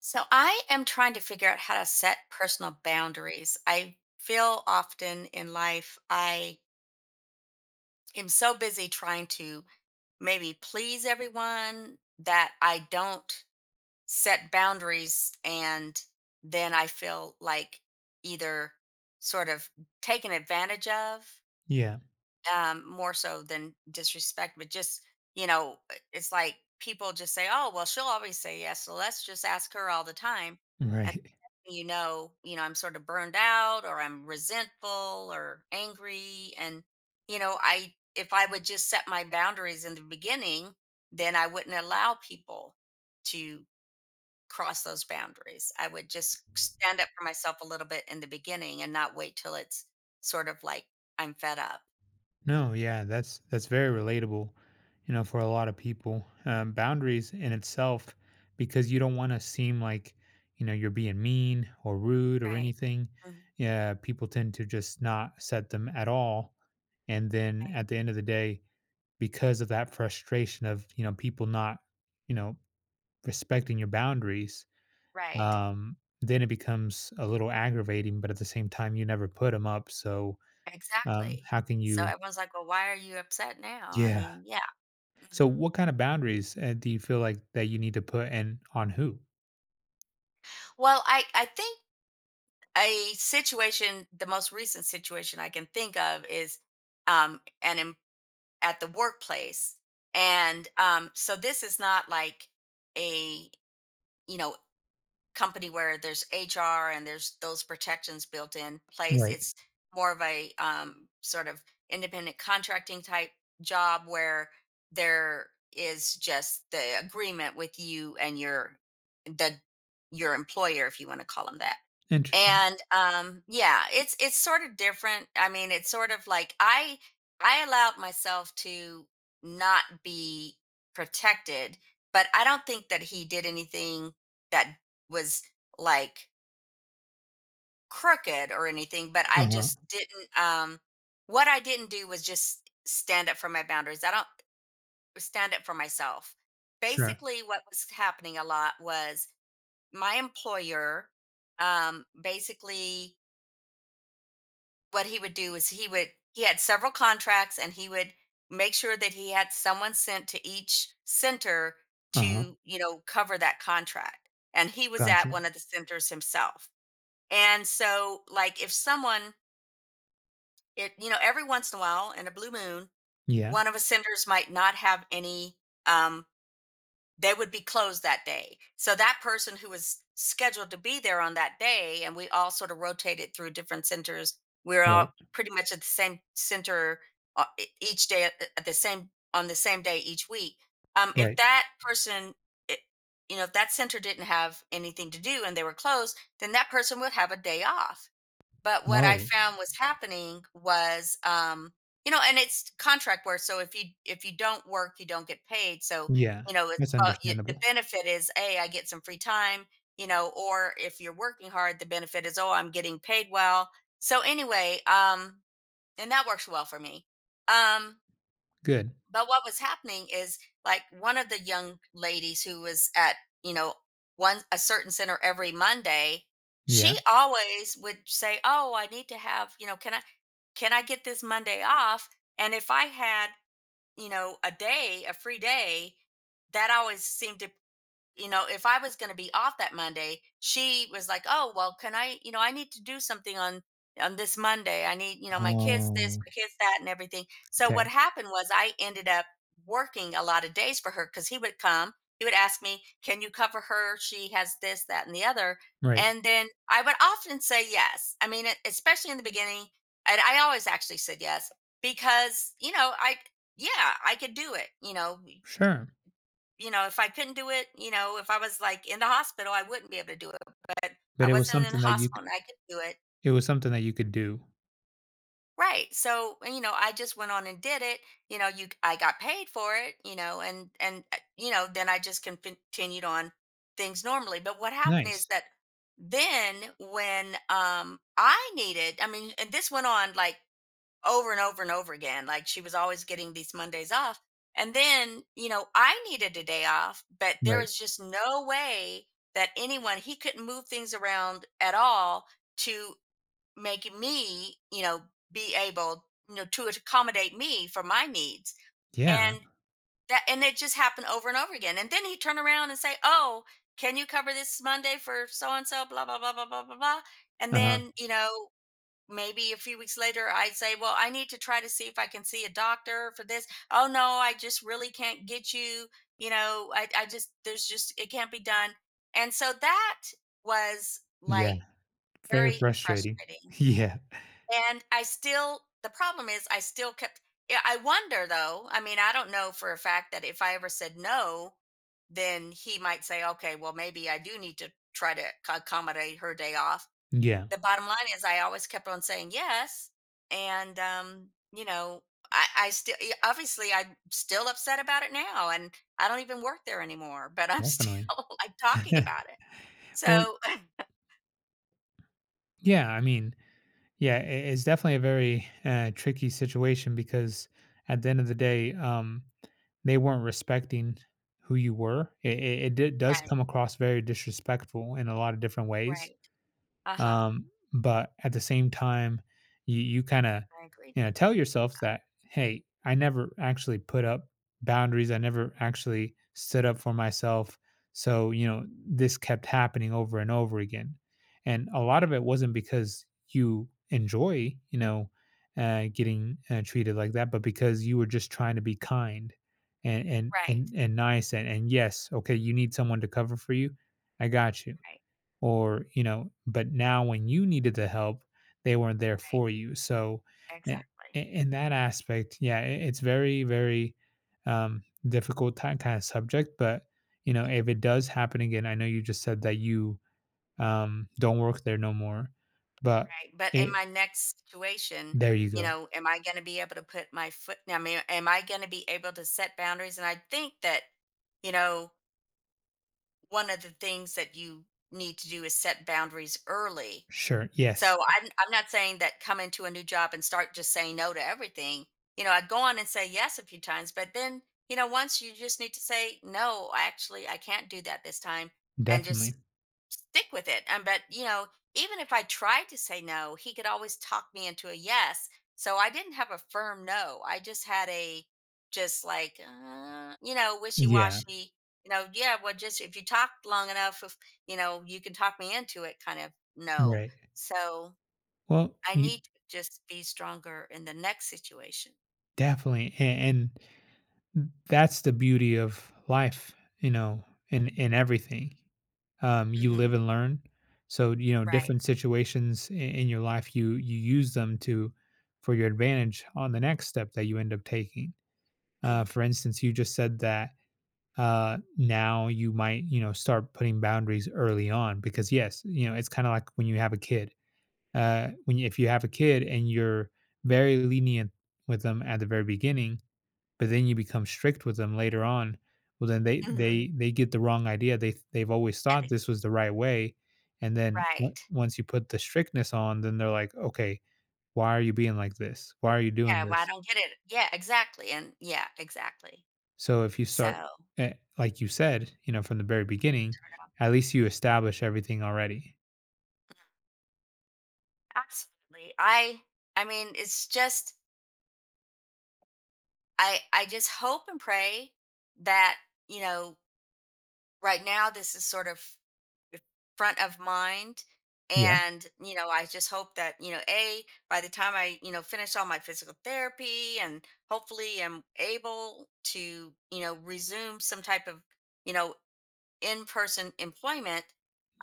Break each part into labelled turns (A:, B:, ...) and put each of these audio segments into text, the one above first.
A: So I am trying to figure out how to set personal boundaries. I feel often in life I am so busy trying to maybe please everyone that I don't set boundaries and then I feel like either sort of taken advantage of,
B: Yeah,
A: more so than disrespect but just you know it's like people just say, "Oh, well, she'll always say yes, so let's just ask her all the time."
B: right.
A: I'm sort of burned out or I'm resentful or angry. And, you know, I, If I would just set my boundaries in the beginning, then I wouldn't allow people to cross those boundaries. I would just stand up for myself a little bit in the beginning and not wait till it's sort of like I'm fed up.
B: No, yeah, that's very relatable, for a lot of people. Boundaries in itself, because you don't want to seem like, you're being mean or rude or
A: Right.
B: anything.
A: Mhm.
B: Yeah, people tend to just not set them at all. And then
A: Right.
B: at the end of the day, because of that frustration of, people not, you know, respecting your boundaries,
A: Right.
B: um, then it becomes a little aggravating, but at the same time, you never put them up. So,
A: Exactly.
B: how can
A: So
B: you.
A: everyone's like, "Well, why are you upset now?" I
B: Yeah.
A: mean, yeah. Mhm.
B: So what kind of boundaries, do you feel like that you need to put and on who?
A: Well, I think a situation the most recent situation I can think of is, um an em- at the workplace. And so this is not like a, you know, company where there's HR and there's those protections built in place.
B: Right.
A: It's more of a, sort of independent contracting type job where there is just the agreement with you and the your employer, if you want to call them that.
B: Interesting.
A: And yeah, it's sort of different. I mean, it's sort of like I allowed myself to not be protected, but I don't think that he did anything that was like crooked or anything, but I
B: Uh-huh.
A: just didn't, what I didn't do was just stand up for my boundaries. I don't stand up for myself.
B: Sure.
A: Basically what was happening a lot was my employer, basically what he would do is he had several contracts, and he would make sure that he had someone sent to each center
B: Uh-huh.
A: to, you know, cover that contract, and he was at
B: Gotcha.
A: one of the centers himself. And so, like, if someone, it you know, every once in a while, in a blue moon,
B: Yeah.
A: one of the centers might not have any, um they would be closed that day. So that person who was scheduled to be there on that day, and we all sort of rotated through different centers. We were all
B: Right.
A: pretty much at the same center each day at the same on the same day each week. If
B: Right.
A: that person, i- you know, if that center didn't have anything to do and they were closed, then that person would have a day off. But what I
B: Oh,
A: found was happening was, you know, and it's contract work. So if you don't work, you don't get paid. So
B: yeah.
A: you know, it,
B: That's
A: but you, the
B: understandable.
A: benefit is, hey, I get some free time. You know, or if you're working hard, the benefit is, oh, I'm getting paid well. So anyway, and that works well for me. Um,
B: Good.
A: but what was happening is like one of the young ladies who was at, you know, one a certain center every Monday, she
B: Yeah.
A: always would say, "Oh, I need to have, you know, can I get this Monday off?" And if I had, you know, a free day, that always seemed to, you know, if I was going to be off that Monday, she was like, "Oh, well, can I, you know, I need to do something on this Monday. I need, you know, my kids this,
B: Oh,
A: my kids that and everything." So what
B: okay.
A: happened was I ended up working a lot of days for her, cuz he would come, he would ask me, "Can you cover her? She has this, that and the other."
B: Right.
A: And then I would often say yes. I mean, especially in the beginning, and I always actually said yes because, you know, I, yeah, I could do it,
B: Sure.
A: you know, if I couldn't do it, you know, if I was, like, in the hospital, I wouldn't be able to do it, but
B: But
A: I wasn't in the hospital and I could do it.
B: it was something that you could do.
A: Right, so, you know, I just went on and did it, you know, you I got paid for it, you know, and, you know, then I just continued on things normally. But what happened is
B: Nice.
A: that then when, I needed, I mean, and this went on, like, over and over and over again. Like she was always getting these Mondays off. And then, you know, I needed a day off, but there
B: Right.
A: was just no way that anyone, he couldn't move things around at all to make me, you know, be able, you know, to accommodate me for my needs.
B: Yeah.
A: And that, and it just happened over and over again. And then he'd turn around and say, "Oh, can you cover this Monday for so and so, blah, blah, blah, blah, blah, blah, blah." And
B: Uh-huh.
A: then, you know, maybe a few weeks later I'd say, "Well, I need to try to see if I can see a doctor for this." "Oh, no, I just really can't get you, you know, I just there's just it can't be done." And so that was
B: Yeah.
A: like
B: Very
A: very
B: frustrating.
A: frustrating.
B: Yeah.
A: And I still, the problem is I still kept, yeah, I wonder though, I mean, I don't know for a fact that if I ever said no, then he might say, "Okay, well, maybe I do need to try to accommodate her day off."
B: Yeah.
A: The bottom line is I always kept on saying yes. And, you know, I still, obviously, I'm still upset about it now. And I don't even work there anymore, but I'm still
B: Definitely.
A: like talking about it.
B: Well,
A: So,
B: yeah, I mean. Yeah, it's definitely a very tricky situation because at the end of the day, they weren't respecting who you were. It did, does
A: right,
B: come across very disrespectful in a lot of different ways.
A: right. Uh huh.
B: Um, but at the same time, you kind of,
A: I agree.
B: tell yourself that, hey, I never actually put up boundaries. I never actually stood up for myself. So, this kept happening over and over again. And a lot of
A: Right,
B: it wasn't because you enjoy, getting treated like that, but because you were just trying to be kind and and
A: right,
B: and, and nice and yes, okay, you need someone to cover for you. I got you.
A: right,
B: Or, but now when you needed the help, they weren't there
A: right.
B: for you, so i-
A: Exactly.
B: in that aspect, yeah, it's very very um difficult kind of subject, but if it does happen again, I know you just said that you don't work there no more, but
A: Right. But in
B: it
A: my next situation,
B: there you
A: you
B: go.
A: know, am I going to be able to put my foot, I mean, am I going to be able to set boundaries? And I think that, you know, one of the things that you need to do is set boundaries early.
B: Sure, yes,
A: So I'm not saying that come into a new job and start just saying no to everything. You know, I'd go on and say yes a few times, but then, you know, once you just need to say, "No, actually, I can't do that this time," and
B: definitely.
A: just stick with it. And but, you know, even if I tried to say no, he could always talk me into a yes. So I didn't have a firm no. I just had a, just like, you know, wishy
B: Yeah,
A: washy, you know, yeah, well, just if you talk long enough, if, you know, you can talk me into it kind of no.
B: right.
A: So
B: Well,
A: I
B: you
A: need to just be stronger in the next situation.
B: definitely. And that's the beauty of life, you know, in everything. You live
A: Hmm.
B: and learn. So,
A: Right.
B: different situations in your life, you use them to for your advantage on the next step that you end up taking. Uh,
A: Hmm.
B: for instance, you just said that now you might, start putting boundaries early on because yes, it's kind of like when you have a kid. If you have a kid and you're very lenient with them at the very beginning, but then you become strict with them later on. Well, then they
A: Hmm.
B: they they get the wrong idea. They've always thought this was the right way. And then
A: Right.
B: once you put the strictness on, then they're like, okay, why are you being like this? Why are you doing
A: Yeah. Well, I
B: this?
A: don't get it. Yeah. Exactly. And yeah. Exactly.
B: So if you start,
A: So
B: eh, like you said, from the very beginning, at least you establish everything already.
A: absolutely. I. I mean, it's just I. I just hope and pray that, you know. Right now, this is sort of front of mind.
B: Yeah,
A: And you know, I just hope that, you know, a by the time I, you know, finish all my physical therapy and hopefully am able to, you know, resume some type of, you know, in person employment.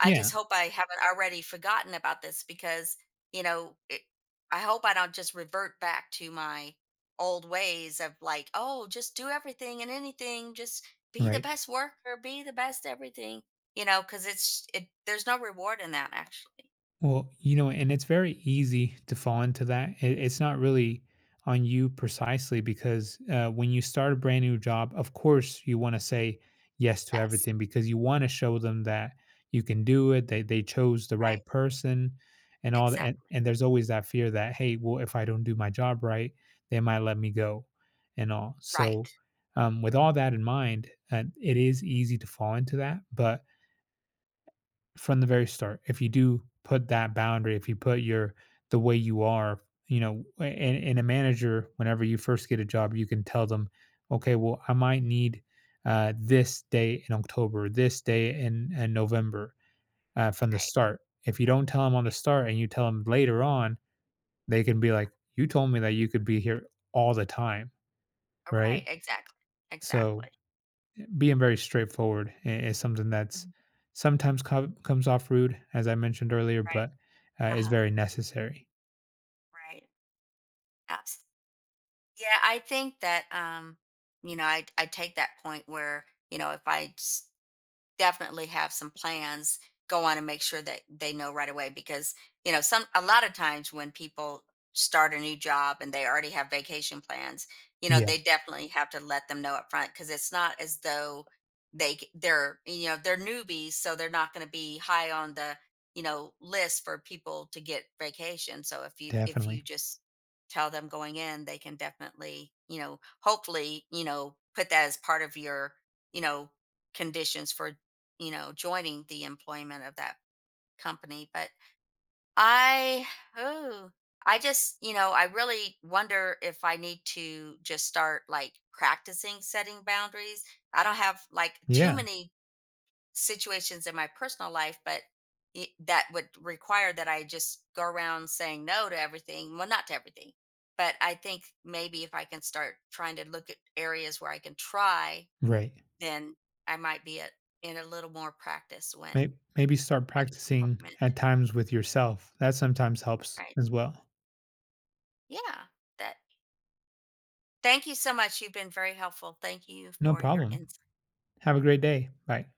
A: I just hope I haven't already forgotten about this because, you know, I hope I don't just revert back to my old ways of like, oh, just do everything and anything, just be the
B: right.
A: best worker, be the best everything, you know, because there's no reward in that actually.
B: Well, and it's very easy to fall into that. It's not really on you precisely because when you start a brand new job, of course, you want to say yes to
A: Yes.
B: everything because you want to show them that you can do it, that they chose the
A: Right.
B: right person and all that. And,
A: Exactly.
B: and there's always that fear that, hey, well, if I don't do my job right, they might let me go and all. So,
A: Right.
B: with all that in mind, it is easy to fall into that. But from the very start, if you do put that boundary, if you put your the way you are, and a manager, whenever you first get a job, you can tell them, okay, well, I might need this day in October, this day in, November. From the
A: Right.
B: start, if you don't tell them on the start and you tell them later on, they can be like, you told me that you could be here all the time,
A: Right.
B: right?
A: Exactly.
B: So
A: Exactly.
B: being very straightforward is something that's
A: Mhm.
B: sometimes comes off rude, as I mentioned earlier,
A: Right.
B: but
A: Uh
B: is
A: huh.
B: very necessary.
A: Right. Absolutely. Yeah, I think that you know, I take that point where, you know, if I s- definitely have some plans, go on and make sure that they know right away. Because you know some, a lot of times when people start a new job and they already have vacation plans, you know,
B: Yeah,
A: they definitely have to let them know up front because it's not as though they're, you know, they're newbies, so they're not going to be high on the, you know, list for people to get vacation. So if you if
B: definitely.
A: you just tell them going in, they can definitely, you know, hopefully, you know, put that as part of your, you know, conditions for, you know, joining the employment of that company. But I, oh, I just, you know, I really wonder if I need to just start like practicing setting boundaries. I don't have like too
B: Yeah,
A: many situations in my personal life, but it, that would require that I just go around saying no to everything. Well, not to everything, but I think maybe if I can start trying to look at areas where I can try,
B: right.
A: then I might be at, in a little more practice
B: May-
A: when
B: Maybe start
A: I get
B: practicing
A: appointment,
B: at times with yourself. That sometimes helps
A: right?
B: as well.
A: Yeah. That. Thank you so much. You've been very helpful. Thank you
B: No
A: for your
B: problem.
A: insight.
B: Have a great day. Bye.